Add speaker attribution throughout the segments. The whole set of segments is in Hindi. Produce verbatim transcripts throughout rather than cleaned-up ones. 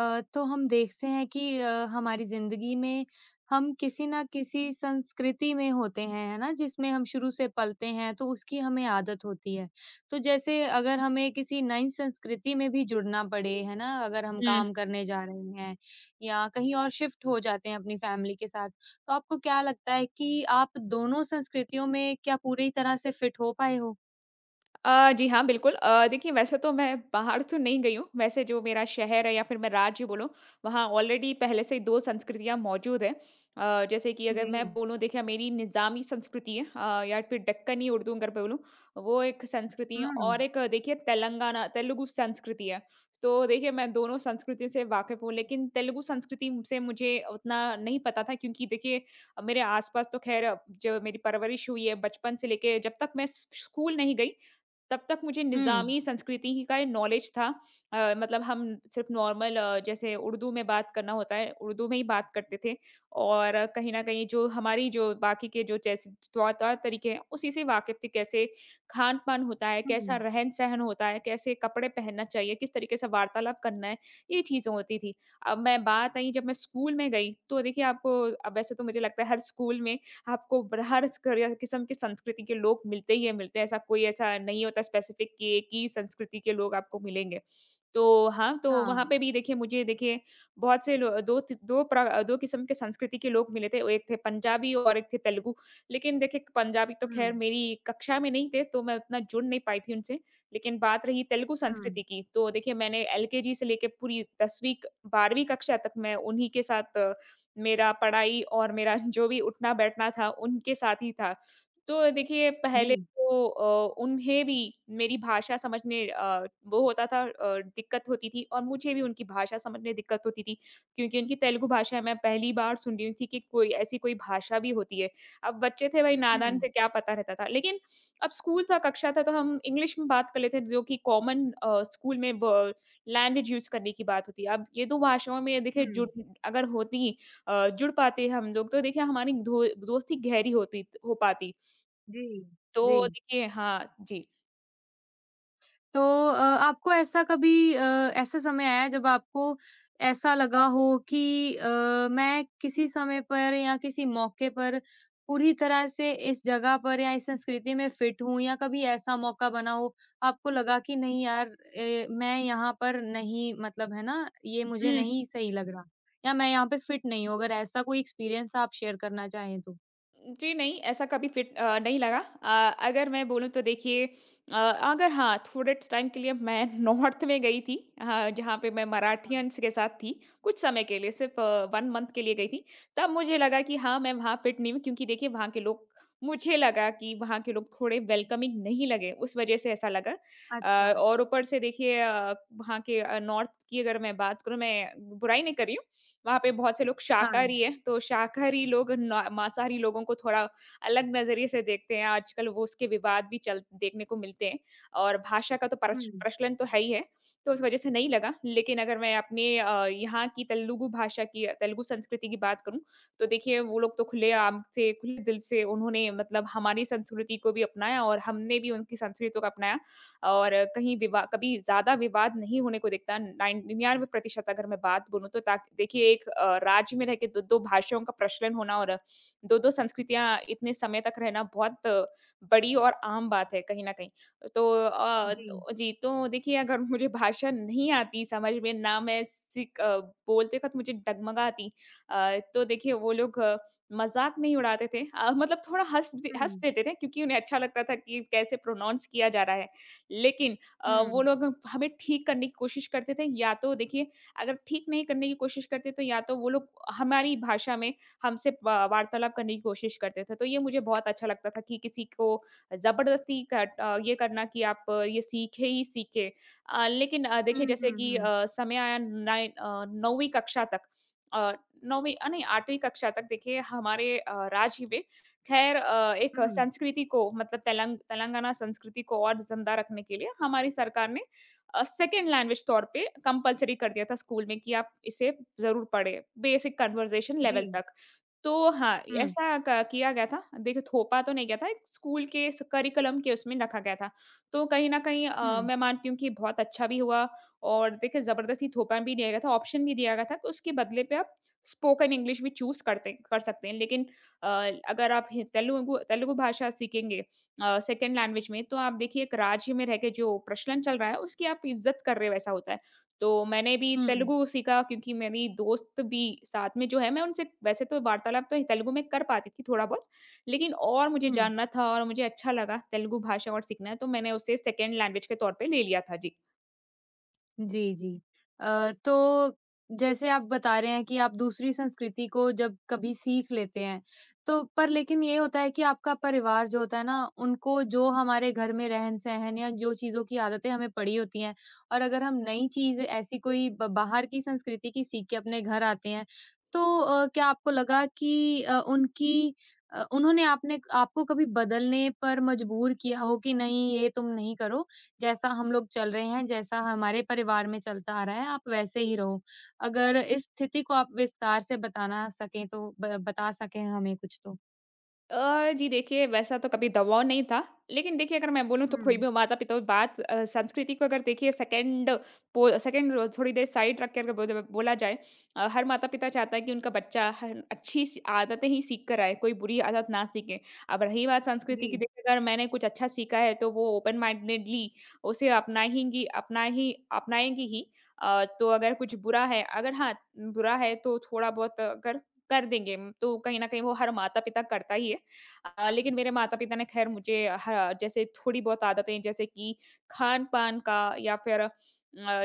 Speaker 1: अ, तो हम देखते हैं कि अ, हमारी ज़िंदगी में हम किसी न किसी संस्कृति में होते हैं, है ना? जिसमें हम शुरू से पलते हैं, तो उसकी हमें आदत होती है। तो जैसे अगर हमें किसी नई संस्कृति में भी जुड़ना पड़े, है ना? अगर हम
Speaker 2: हुँ।
Speaker 1: काम करने जा रहे हैं या कहीं और शिफ्ट हो जाते हैं अपनी फैमिली के साथ, तो आपको क्या लगता है कि आप दोनों संस्कृतियों में क्या पूरी तरह से फिट हो पाए हो?
Speaker 2: अ, जी हाँ, बिल्कुल। अ, देखिए वैसे तो मैं बाहर तो नहीं गई हूँ, वैसे जो मेरा शहर है या फिर मैं राज्य बोलूँ, वहाँ ऑलरेडी पहले से ही दो संस्कृतियाँ मौजूद हैं। अ, जैसे कि अगर
Speaker 1: जी।
Speaker 2: मैं बोलूँ देखिए मेरी निज़ामी संस्कृति है, अ, या फिर दक्कनी उर्दू अगर बोलूँ, वो एक संस्कृति है
Speaker 1: हुँ।
Speaker 2: और एक अ, देखिए तेलंगाना तेलुगु संस्कृति है। तो देखिए मैं दोनों संस्कृति से वाकिफ़ हूँ, लेकिन तेलुगु संस्कृति से मुझे उतना नहीं पता था क्योंकि देखिए मेरे आस-पास तो ख़ैर जो मेरी परवरिश हुई है बचपन से लेके जब तक मैं स स्कूल नहीं गई तब तक मुझे
Speaker 1: हुँ।
Speaker 2: निज़ामी संस्कृति ही का ये नॉलेज था। अ, मतलब हम सिर्फ़ नॉर्मल अ, जैसे उर्दू में बात करना होता है, उर्दू में ही बात करते थे और अ, कहीं न कहीं जो हमारी जो बाकी के जो जैसे तौर तौर तरीके हैं, उसी से वाकिफ़ थी। कैसे खान-पान होता है, कैसा
Speaker 1: हुँ।
Speaker 2: रहन-सहन होता है, कैसे कपड़े पहनना चाहिए, किस तरीके से वार्तालाप करना है, ये चीज़ें होती थी। अब मैं बात आई जब मैं स्कूल में गई, तो देखिए आपको अब वैसे तो मुझे लगता है हर स्कूल में आपको ब हर क किस्म की संस्कृति के लोग मिलते ही मिलते हैं। ऐसा कोई ऐसा नहीं होता स्पेसिफिक कि एक ही संस्कृति के लोग आपको मिलेंगे। तो हाँ, तो वहाँ
Speaker 1: हाँ।
Speaker 2: पे भी देखिए मुझे देखिए बहुत से लो दो ति दो प्र दो किस्म के संस्कृति के लोग मिले थे, एक थे पंजाबी और एक थे तेलुगु। लेकिन देखिए पंजाबी तो
Speaker 1: हुँ,
Speaker 2: ख़ैर मेरी कक्षा में नहीं थे, तो मैं उतना जुड़ नहीं पाई थी उनसे। लेकिन बात रही तेलुगु
Speaker 1: हुँ,
Speaker 2: संस्कृति की, तो देखिए मैंने एल के जी से लेके पूरी दसवीं बारहवीं कक्षा तक मैं उन्हीं के साथ, मेरा पढ़ाई और मेरा जो भी उठना-बैठना था, उनके साथ ही था। तो देखिए
Speaker 1: जी।
Speaker 2: पहले तो अ, उन्हें भी मेरी भाषा समझने अ, वो होता था अ, दिक्कत होती थी और मुझे भी उनकी भाषा समझने दिक्कत होती थी, क्योंकि उनकी तेलुगु भाषा मैं पहली बार सुन रही थी कि कोई ऐसी कोई भाषा भी होती है। अब बच्चे थे भाई नादान
Speaker 1: हुँ।
Speaker 2: थे, क्या पता रहता था। लेकिन अब स्कूल था, कक्षा था तो हम इंग्लिश में बात कर लेते थे जो कि कॉमन अ, स्कूल में ब लैंग्वेज यूज़ करने की बात होती है। अब ये दो भाषाओं में देखिए
Speaker 1: हुँ।
Speaker 2: जुड़ अगर होती, अ, जुड़ पाते हम लोग, तो देखिए हमारी धो दोस्ती गहरी होती हो पाती।
Speaker 1: जी, जी।
Speaker 2: तो देखिए हाँ, जी।
Speaker 1: तो अ, आपको ऐसा कभी अ, ऐसा समय आया जब आपको ऐसा लगा हो कि अ, मैं किसी समय पर या किसी मौके पर पूरी तरह से इस जगह पर या इस संस्कृति में फिट हूँ या कभी ऐसा मौका बना हो, आपको लगा कि नहीं यार ए, मैं यहाँ पर नहीं मतलब है ना, ये
Speaker 2: हुँ।
Speaker 1: मुझे नहीं सही लग रहा या मैं यहाँ पे फिट नहीं हूँ? अगर ऐसा कोई एक्सपीरियंस आप शेयर करना चाहें तो?
Speaker 2: जी, नहीं, ऐसा कभी फिट अ, नहीं लगा। अ, अगर मैं बोलूँ तो देखिए अ, अगर हाँ, थोड़े टाइम के लिए मैं नॉर्थ में गई थी, हाँ, जहाँ पे मैं
Speaker 1: हाँ।
Speaker 2: मराठियंस के साथ थी, कुछ समय के लिए सिर्फ़ अ, वन मंथ के लिए गई थी। तब मुझे लगा कि हाँ, मैं वहाँ फिट नहीं हूँ क्योंकि देखिए वहाँ के लोग, मुझे लगा कि वहाँ के लोग थोड़े वेलकमिंग नहीं लगे, उस वज़ह से ऐसा लगा। अ,
Speaker 1: अच्छा।
Speaker 2: और ऊपर से देखिए अ, वहाँ के अ, नॉर्थ की अगर मैं बात करूँ, मैं बुराई नहीं कर रही हूँ। वहाँ पे बहुत से लोग
Speaker 1: हाँ।
Speaker 2: शाकाहारी हैं, तो शाकाहारी लोग ना मांसाहारी लोगों को थोड़ा अलग नज़रिए से देखते हैं, आजकल वो उसके विवाद भी चल देखने को मिलते हैं और भाषा का तो परच
Speaker 1: हुँ।
Speaker 2: प्रचलन तो है ही है, तो उस वज़ह से नहीं लगा। लेकिन अगर मैं अपने अ, यहाँ की तेलुगु भाषा की तेलुगु संस्कृति की बात करूँ, तो देखिए वो लोग तो खुलेआम से, खुले दिल से उन्होंने मतलब हमारी संस्कृति को भी अपनाया और हमने भी उनकी संस्कृति को अपनाया। और कहीं विवा कभी ज़्यादा विवाद नहीं होने को देखता, नौ निन्यानवे प्रतिशत अगर मैं बात बोलूँ तो ताक देखिए एक अ, राज्य में रह के दो दो भाषाओं का प्रचलन होना और दो दो संस्कृतियाँ इतने समय तक रहना बहुत अ, बड़ी और आम बात है कहीं न कहीं। तो अ,
Speaker 1: जी।
Speaker 2: तो जी, तो देखिए अगर मुझे भाषा नहीं आती समझ में, ना मैं सीख अ, बोलते वक़्त मुझे डगमगा आती, अ, तो देखिए वो लोग मज़ाक नहीं उड़ाते थे, अ, मतलब थोड़ा हँस दे हँस
Speaker 1: हुँ।
Speaker 2: देते थे क्योंकि उन्हें अच्छा लगता था कि कैसे प्रोनाउंस किया जा रहा है। लेकिन अ,
Speaker 1: हुँ।
Speaker 2: वो लोग हमें ठीक करने की कोशिश करते थे या तो देखिए अगर ठीक नहीं करने की कोशिश करते तो या तो वो लोग हमारी भाषा में हमसे वा- वार्तालाप करने की कोशिश करते थे, तो ये मुझे बहुत अच्छा लगता था कि किसी को जबरदस्ती कर, अ, ये करना कि आप अ, ये सीखे ही सीखे। अ, लेकिन अ,
Speaker 1: हुँ,
Speaker 2: देखिए जैसे
Speaker 1: हुँ,
Speaker 2: कि अ,
Speaker 1: हुँ।
Speaker 2: समय आया नाइ- अ, नौवीं कक्षा तक, अ, नौवीं अ, नहीं, आठवीं कक्षा तक देखिए हमारे अ, राज्य में खैर अ, एक
Speaker 1: हुँ,
Speaker 2: संस्कृति को मतलब तेलंग तेलंगाना संस्कृति को और ज़िंदा रखने के लिए हमारी सरकार ने अ, सेकंड लैंग्वेज तौर पे कंपल्सरी कर दिया था स्कूल में कि आप इसे ज़रूर पढ़ें, बेसिक कन्वर्सेशन
Speaker 1: जी।
Speaker 2: लेवल तक। तो हाँ,
Speaker 1: हुँ,
Speaker 2: ऐसा क किया गया था। देखिए थोपा तो नहीं गया था, एक स्कूल के स करिकुलम के उसमें रखा गया था। तो कहीं न कहीं अ,
Speaker 1: हुँ,
Speaker 2: मैं मानती हूँ कि बहुत अच्छा भी हुआ और देखिए ज़बरदस्ती थोपा भी दिया गया था, ऑप्शन भी दिया गया था कि उसके बदले पे आप स्पोकन इंग्लिश भी चूज़ करते कर सकते हैं। लेकिन अ, अगर आप हि तेलुगु तेलुगु भाषा सीखेंगे अ, सेकंड लैंग्वेज में, तो आप देखिए एक राज्य में रह के जो प्रचलन चल रहा है, उसकी आप इज़्ज़त कर रहे हो, ऐसा होता है। तो मैंने भी
Speaker 1: हुँ,
Speaker 2: तेलुगु सीखा क्योंकि मेरी दोस्त भी साथ में जो है, मैं उनसे वैसे तो वार्तालाप तो तेलुगु में कर पाती थी थोड़ा-बहुत, लेकिन और मुझे
Speaker 1: हुँ।
Speaker 2: जानना था और मुझे अच्छा लगा तेलुगु भाषा और सीखना है, तो मैंने उसे सेकंड लैंग्वेज के तौर पे ले लिया था। जी।
Speaker 1: जी, जी। अ, तो जैसे आप बता रहे हैं कि आप दूसरी संस्कृति को जब कभी सीख लेते हैं, तो पर लेकिन ये होता है कि आपका परिवार जो होता है ना, उनको जो हमारे घर में रहन-सहन या जो चीज़ों की आदतें हमें पड़ी होती हैं और अगर हम नई चीज़ ऐसी कोई ब बाहर की संस्कृति की सीख के अपने घर आते हैं, तो अ, क्या आपको लगा कि अ, उनकी अ, उन्होंने आपने आपको कभी बदलने पर मजबूर किया हो कि नहीं, ये तुम नहीं करो? जैसा हम लोग चल रहे हैं, जैसा हमारे परिवार में चलता आ रहा है, आप वैसे ही रहो। अगर इस स्थिति को आप विस्तार से बताना सकें तो ब बता सकें हमें कुछ तो?
Speaker 2: अ, जी देखिए, वैसा तो कभी दबाव नहीं था। लेकिन देखिए अगर मैं बोलूँ तो कोई
Speaker 1: हुँ,
Speaker 2: भी माता-पिता बात अ, संस्कृति को अगर देखिए सेकंड पो सेकंड थोड़ी देर साइड रख के अगर बोल बोला जाए, अ, हर माता-पिता चाहता है कि उनका बच्चा हन अच्छी सी आदतें ही सीख कर आए, कोई बुरी आदत ना सीखे। अब रही बात संस्कृति
Speaker 1: जी।
Speaker 2: की, देखिए अगर मैंने कुछ अच्छा सीखा है तो वो ओपन माइंडेडली उसे अपनाएँगी, अपना ही अपनाएँगी ही। अ, तो अगर कुछ बुरा है, अगर हाँ, बुरा है तो थोड़ा बहुत अगर कर देंगे तो कहीं न कहीं वो हर माता-पिता करता ही है। अ, लेकिन मेरे माता-पिता ने ख़ैर मुझे ह जैसे थोड़ी बहुत आदतें जैसे कि खान-पान का या फिर अ,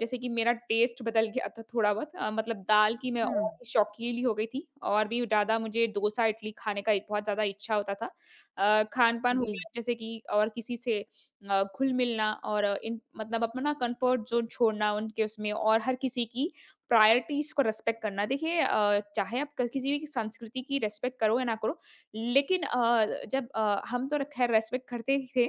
Speaker 2: जैसे कि मेरा टेस्ट बदल गया था थोड़ा बहुत, अ, मतलब दाल की मैं और
Speaker 1: हुँ।
Speaker 2: भी शौकीन हो गई थी और भी ज़्यादा मुझे डोसा, इडली खाने का बहुत ज़्यादा इच्छा होता था। अ, खान-पान हो
Speaker 1: जी।
Speaker 2: गया जैसे कि और किसी से अ, घुल-मिलना और अ, इन मतलब अपना कम्फ़र्ट ज़ोन छोड़ना उनके उसमें और हर किसी की प्रायोरिटीज़ को रिस्पेक्ट करना। देखिए अ, चाहे आप क किसी भी संस्कृति की रिस्पेक्ट करो या ना करो, लेकिन अ, जब अ, हम तो र ख़ैर रेस्पेक्ट करते ही थे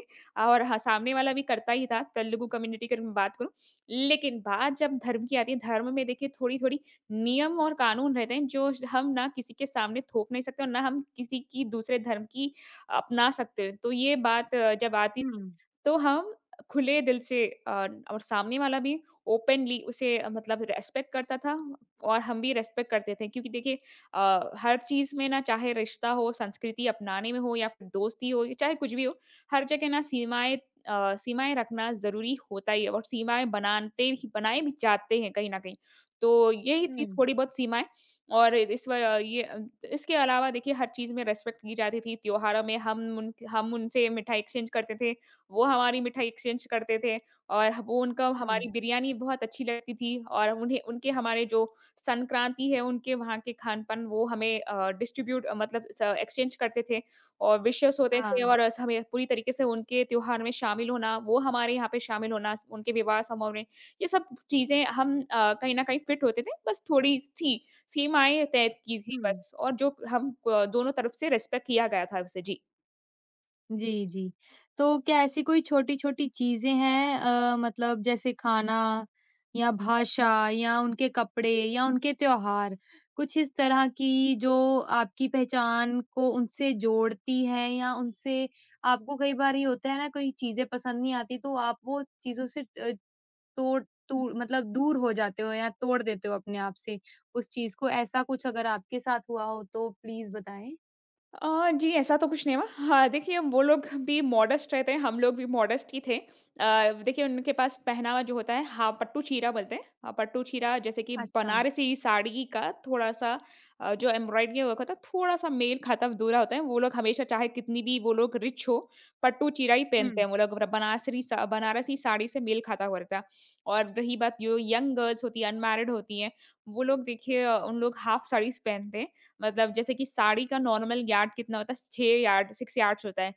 Speaker 2: और हाँ, सामने वाला भी करता ही था, तेलुगु कम्युनिटी की अगर मैं बात करूँ। लेकिन बात जब धर्म की आती है, धर्म में देखिए थोड़ी-थोड़ी नियम और कानून रहते हैं, जो श हम ना किसी के सामने थोप नहीं सकते और ना हम किसी की दूसरे धर्म की अपना सकते हैं। तो ये बात अ, जब आती थी,
Speaker 1: हुँ।
Speaker 2: तो हम खुले दिल से, अ, और सामने वाला भी ओपनली उसे, अ, मतलब रेस्पेक्ट करता था और हम भी रेस्पेक्ट करते थे क्योंकि देखिए अ, हर चीज़ में ना चाहे रिश्ता हो, संस्कृति अपनाने में हो या फिर दोस्ती हो, या चाहे कुछ भी हो, हर जगह ना सीमाएँ अ, सीमाएँ रखना ज़रूरी होता ही है और सीमाएँ बनाते ही बनाए भी जाते हैं कहीं न कहीं। तो यही थी
Speaker 1: हुँ।
Speaker 2: थोड़ी बहुत सीमाएँ और इस व ये अ, इसके अलावा देखिए हर चीज़ में रिस्पेक्ट की जाती थी। त्योहारों में हम उन हम उनसे मिठाई एक्सचेंज करते थे, वो हमारी मिठाई एक्सचेंज करते थे और वो उनका
Speaker 1: हुँ।
Speaker 2: हमारी बिरयानी बहुत अच्छी लगती थी और उन्हें उनके हमारे जो संक्रांति है उनके वहाँ के खान-पान वो हमें अ, डिस्ट्रीब्यूट मतलब स एक्सचेंज करते थे और विशेस होते थे
Speaker 1: हाँ।
Speaker 2: और अस हमें पूरी तरीके से उनके त्योहार में शामिल होना, वो हमारे यहाँ पे शामिल होना, स उनके विवाह समारोह में, ये सब चीज़ें हम अ, कहीं न कहीं फिट होते थे। बस थोड़ी-सी सीमाएँ तय की थी
Speaker 1: हुँ।
Speaker 2: बस और जो हम क दोनों तरफ से रिस्पेक्ट किया गया था उसे। जी।
Speaker 1: जी, जी। तो क्या ऐसी कोई छोटी-छोटी चीज़ें हैं अ, मतलब जैसे खाना या भाषा या उनके कपड़े या उनके त्योहार, कुछ इस तरह की जो आपकी पहचान को उनसे जोड़ती है या उनसे आपको कई बार ये होता है ना कोई चीज़ें पसंद नहीं आती तो आप वो चीज़ों से अ, तोड़ टूर मतलब दूर हो जाते हो या तोड़ देते हो अपने आप से उस चीज़ को, ऐसा कुछ अगर आपके साथ हुआ हो तो प्लीज़ बताएँ?
Speaker 2: अ, जी, ऐसा तो कुछ नहीं हुआ। हाँ, देखिए वो लोग भी मॉडेस्ट रहते हैं, हम लोग भी मॉडेस्ट ही थे। अ, देखिए उनके पास पहनावा जो होता है, हाँ, पट्टू चीरा बोलते हैं। अ, पट्टू चीरा जैसे कि
Speaker 1: अच्छा।
Speaker 2: बनारसी साड़ी का थोड़ा-सा, अ, जो एम्ब्रॉयडरी वर्क होता है थोड़ा-सा मेल खाता अधूरा होता है। वो लोग हमेशा चाहे कितनी भी वो लोग रिच हो, पट्टू चीरा ही
Speaker 1: हुँ,
Speaker 2: पहनते हैं वो लोग। बनासरी सा बनारसी साड़ी से मेल खाता हुआ रहता है। और रही बात जो यंग गर्ल्स होती हैं, अनमैरिड होती हैं, वो लोग देखिए अ, उन लोग हाफ साड़ीज़ पहनते हैं। मतलब जैसे कि साड़ी का नॉर्मल यार्ड कितना होता है? छह यार्ड सिक्स यार्ड्स होता है।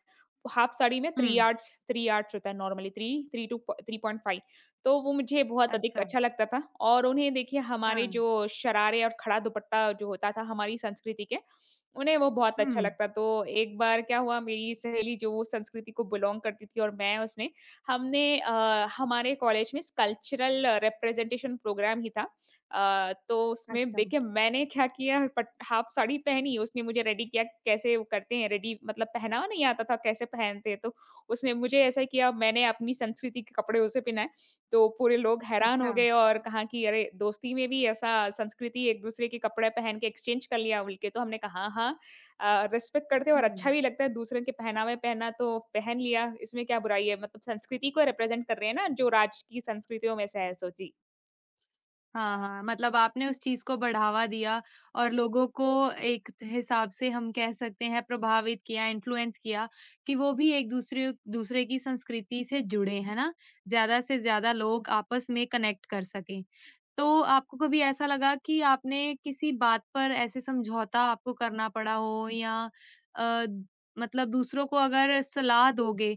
Speaker 2: हाफ साड़ी में
Speaker 1: हुँ।
Speaker 2: तीन यार्ड्स थ्री यार्ड्स होता है normally three three two three point five. तो वो मुझे बहुत अधिक
Speaker 1: अच्छा,
Speaker 2: अच्छा लगता था और उन्हें देखिए हमारे जो
Speaker 1: हाँ।
Speaker 2: शरारे और खड़ा दुपट्टा जो होता था हमारी संस्कृति के, उन्हें वो बहुत अच्छा
Speaker 1: हुँ।
Speaker 2: लगता। तो एक बार क्या हुआ मेरी सहेली जो उस संस्कृति को बिलॉन्ग करती थी और मैं उसने, हमने अ, हमारे कॉलेज में कल्चरल रिप्रेजेंटेशन प्रोग्राम ही था। अ, तो उसमें
Speaker 1: अच्छा,
Speaker 2: देखिए मैंने क्या किया पट हाफ साड़ी पहनी, उसने मुझे रेडी किया कैसे वो करते हैं रेडी मतलब पहनावा नहीं आता था कैसे पहनते हैं, तो उसने मुझे ऐसा किया मैंने अपनी संस्कृति के कपड़े उसे पहनाए, तो पूरे लोग हैरान हो
Speaker 1: अच्छा।
Speaker 2: गए और कहा कि अरे! दोस्ती में भी ऐसा संस्कृति एक-दूसरे के कपड़े पहन के एक्सचेंज कर लिया बोल के, तो हमने कहा हाँ, हाँ। अ, रिस्पेक्ट करते हैं और अच्छा
Speaker 1: हुँ।
Speaker 2: भी लगता है दूसरे के पहनावे पहना तो पहन लिया, इसमें क्या बुराई है? मतलब संस्कृति को रिप्रेजेंट कर रहे हैं ना, जो राज्य की संस्कृतियों में से है सो। जी।
Speaker 1: हाँ, हाँ, मतलब आपने उस चीज़ को बढ़ावा दिया और लोगों को एक त हिसाब से हम कह सकते हैं प्रभावित किया, इन्फ्लुएंस किया कि वो भी एक-दूसरे दूसरे दूसरे की संस्कृति से जुड़े, है ना? ज़्यादा से ज़्यादा लोग आपस में कनेक्ट कर सकें। तो आपको कभी ऐसा लगा कि आपने किसी बात पर ऐसे समझौता आपको करना पड़ा हो या अ, मतलब दूसरों को अगर सलाह दोगे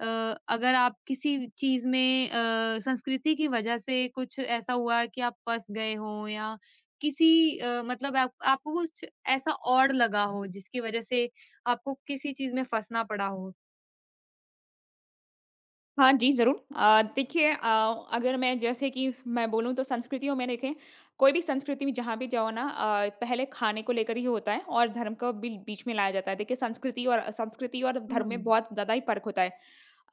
Speaker 1: अ, अगर आप किसी चीज़ में अ, संस्कृति की वजह से कुछ ऐसा हुआ कि आप फँस गए हों या किसी अ, मतलब आप आपको कुछ ऐसा औड़ लगा हो जिसकी वजह से आपको किसी चीज़ में फँसना पड़ा हो?
Speaker 2: हाँ जी, ज़रूर। अ, देखिए अ, अगर मैं जैसे कि मैं बोलूँ तो संस्कृतियों में देखें, कोई भी संस्कृति में जहाँ भी जाओ ना अ, पहले खाने को लेकर ही होता है और धर्म को बिल बीच में लाया जाता है। देखिए संस्कृति और संस्कृति और धर्म में
Speaker 1: हुँ,
Speaker 2: बहुत ज़्यादा ही फ़र्क होता है।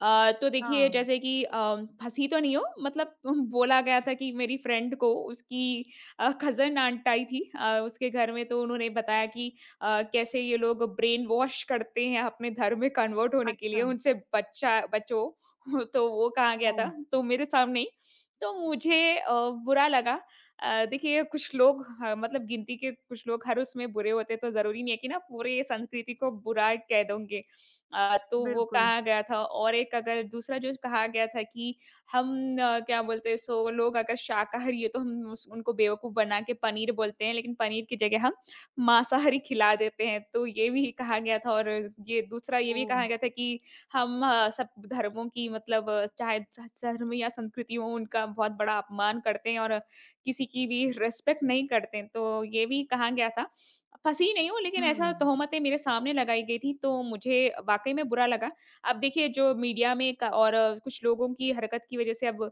Speaker 2: अ, तो देखिए
Speaker 1: हाँ,
Speaker 2: जैसे कि अ, फँसी तो नहीं हूँ मतलब बोला गया था कि मेरी फ्रेंड को उसकी अ, कज़न आंट आई थी, अ, उसके घर में तो उन्होंने बताया कि अ, कैसे ये लोग ब्रेन वॉश करते हैं अपने धर्म में कन्वर्ट होने के लिए
Speaker 1: अच्छा,
Speaker 2: उनसे बच्चा बचो। तो वो कहा गया
Speaker 1: ओह!
Speaker 2: था तो मेरे सामने ही, तो मुझे अ, बुरा लगा। अ, देखिए कुछ लोग ह मतलब गिनती के कुछ लोग हर उसमें बुरे होते हैं तो ज़रूरी नहीं है कि ना पूरे संस्कृति को बुरा कह दूँगी। अ, तो वो
Speaker 1: बिल्कुल,
Speaker 2: कहा गया था और एक अगर दूसरा जो कहा गया था कि हम अ, क्या बोलते हैं सो लोग अगर शाकाहारी है तो हम उस उनको बेवकूफ़ बना के पनीर बोलते हैं, लेकिन पनीर की जगह हम मांसाहारी खिला देते हैं, तो ये भी कहा गया था और ये दूसरा ये भी
Speaker 1: ओह!
Speaker 2: कहा गया था कि हम अ, सब धर्मों की मतलब अ, चाहे च धर्म या संस्कृति हो उनका बहुत बड़ा अपमान करते हैं और किसी की भी रिस्पेक्ट नहीं करते हैं, तो ये भी कहा गया था। फँसी नहीं हूँ, लेकिन ऐसा
Speaker 1: हुँ,
Speaker 2: तोहमतें मेरे सामने लगाई गई थी, तो मुझे वाक़ई में बुरा लगा। अब देखिए जो मीडिया में क और अ, कुछ लोगों की हरकत की वज़ह से अब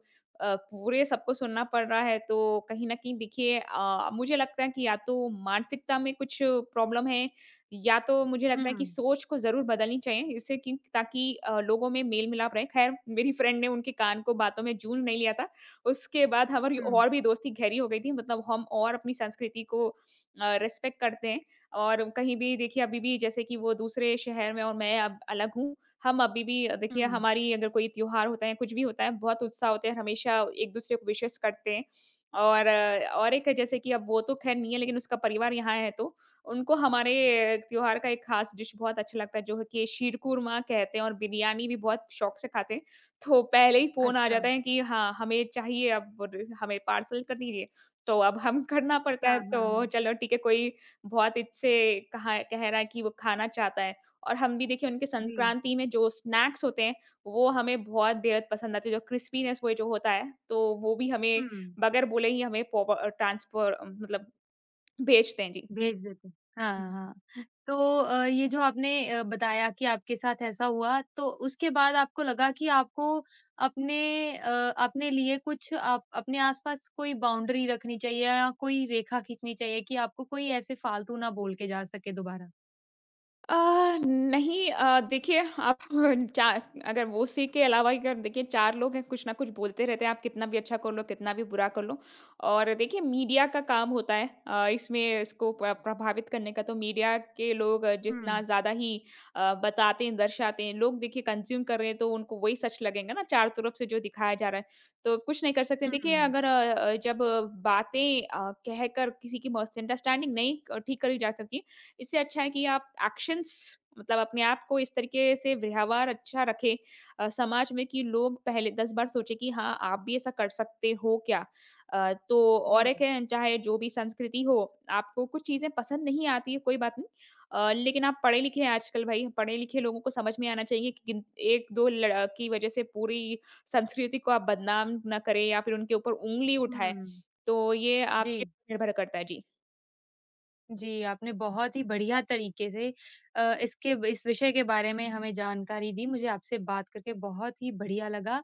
Speaker 2: अ, पूरे सबको सुनना पड़ रहा है, तो कहीं न कहीं देखिए अ, मुझे लगता है कि या तो मानसिकता में कुछ प्रॉब्लम है, या तो मुझे लगता
Speaker 1: हुँ,
Speaker 2: है कि सोच को ज़रूर बदलनी चाहिए, इससे कि ताकि अ, लोगों में मेल-मिलाप रहे। ख़ैर मेरी फ्रेंड ने उनके कान को बातों में जूड़ नहीं लिया था, उसके बाद हमारी
Speaker 1: हुँ,
Speaker 2: और भी दोस्ती गहरी हो गई थी, मतलब हम और अपनी संस्कृति को अ, रिस्पेक्ट करते हैं और कहीं भी देखिए अभी भी जैसे कि वो दूसरे शहर में और मैं अब अलग हूँ, हम अभी भी देखिए
Speaker 1: हुँ,
Speaker 2: हमारी अगर कोई त्योहार होता है, कुछ भी होता है, बहुत उत्साह होते हैं, हमेशा एक-दूसरे को विशेस करते हैं। और अ, और एक है जैसे कि अब वो तो ख़ैर नहीं है लेकिन उसका परिवार यहाँ है तो, उनको हमारे त्योहार का एक ख़ास डिश बहुत अच्छा लगता है जो है कि शीरकुरमा कहते हैं और बिरयानी भी बहुत शौक से खाते हैं। तो पहले ही फ़ोन आ
Speaker 1: अच्छा,
Speaker 2: जाता है कि हाँ, हमें चाहिए अब र हमें पार्सल कर दीजिए। तो अब हम करना पड़ता
Speaker 1: हाँ,
Speaker 2: है,
Speaker 1: हाँ,
Speaker 2: तो
Speaker 1: हाँ,
Speaker 2: चलो ठीक है, कोई बहुत इससे कहा कह रहा है कि वो खाना चाहता है और हम भी देखिए उनके
Speaker 1: जी,
Speaker 2: संक्रांति में जो स्नैक्स होते हैं, वो हमें बहुत बेहद पसंद आते हैं, जो क्रिस्पीनेस वो जो होता है, तो वो भी हमें
Speaker 1: हुँ।
Speaker 2: बगैर बोले ही हमें पो प ट्रांसफर मतलब भेजते हैं। जी।
Speaker 1: भेज देते।
Speaker 2: हुँ।
Speaker 1: हाँ, हाँ। तो अ, ये जो आपने अ, बताया कि आपके साथ ऐसा हुआ, तो उसके बाद आपको लगा कि आपको अपने अ, अपने लिए कुछ आप अपने आस-पास कोई बाउंड्री रखनी चाहिए या कोई रेखा खींचनी चाहिए कि आपको कोई ऐसे फ़ालतू ना बोल के जा सके दोबारा?
Speaker 2: अ, नहीं अ, देखिए आप चार अगर वो उसी के अलावा ही अगर देखिए चार लोग हैं, कुछ ना कुछ बोलते रहते हैं, आप कितना भी अच्छा कर लो, कितना भी बुरा कर लो और देखिए मीडिया का काम होता है अ, इसमें इसको प्र प्रभावित करने का। तो मीडिया के लोग अ, जितना
Speaker 1: हुँ,
Speaker 2: ज़्यादा ही अ, बताते हैं, दर्शाते हैं, लोग देखिए कंज़्यूम कर रहे हैं, तो उनको वही सच लगेगा ना, चारों तरफ से जो दिखाया जा रहा है, तो कुछ नहीं कर सकते। देखिए
Speaker 1: हुँ।
Speaker 2: अगर अ अ, जब अ, बातें अ, कहकर किसी की मिसअंडरस्टैंडिंग नहीं अ, ठीक करी जा सकती इससे अच्छा है कि आप एक्शंस मतलब अपने आप को इस तरीके से व्यवहार अच्छा रखें अ, समाज में कि लोग पहले दस बार सोचे कि हाँ, आप भी ऐसा कर सकते हो क्या? अ, तो
Speaker 1: जी,
Speaker 2: और एक है चाहे जो भी संस्कृति हो, आपको कुछ चीज़ें पसंद नहीं आती है कोई बात नहीं अ, लेकिन आप पढ़े-लिखे हैं आजकल भाई, पढ़े-लिखे लोगों को समझ में आना चाहिए कि गिन एक दो लड़ की वजह से पूरी संस्कृति को आप बदनाम ना करें या फिर उनके ऊपर उँगली उठाएँ।
Speaker 1: हुँ।
Speaker 2: तो ये आपके
Speaker 1: जी,
Speaker 2: ऊपर निर्भर करता है। जी।
Speaker 1: जी, आपने बहुत ही बढ़िया तरीके से अ, इसके इस विषय के बारे में हमें जानकारी दी। मुझे आपसे बात करके बहुत ही बढ़िया लगा।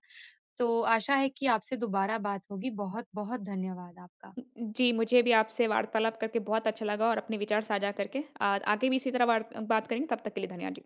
Speaker 1: तो आशा है कि आपसे दोबारा बात होगी। बहुत-बहुत धन्यवाद आपका।
Speaker 2: जी, मुझे भी आपसे वार्तालाप करके बहुत अच्छा लगा और अपने विचार साझा करके। अ, आगे भी इसी तरह वार्त बात करेंगे, तब तक के लिए धन्यवाद जी।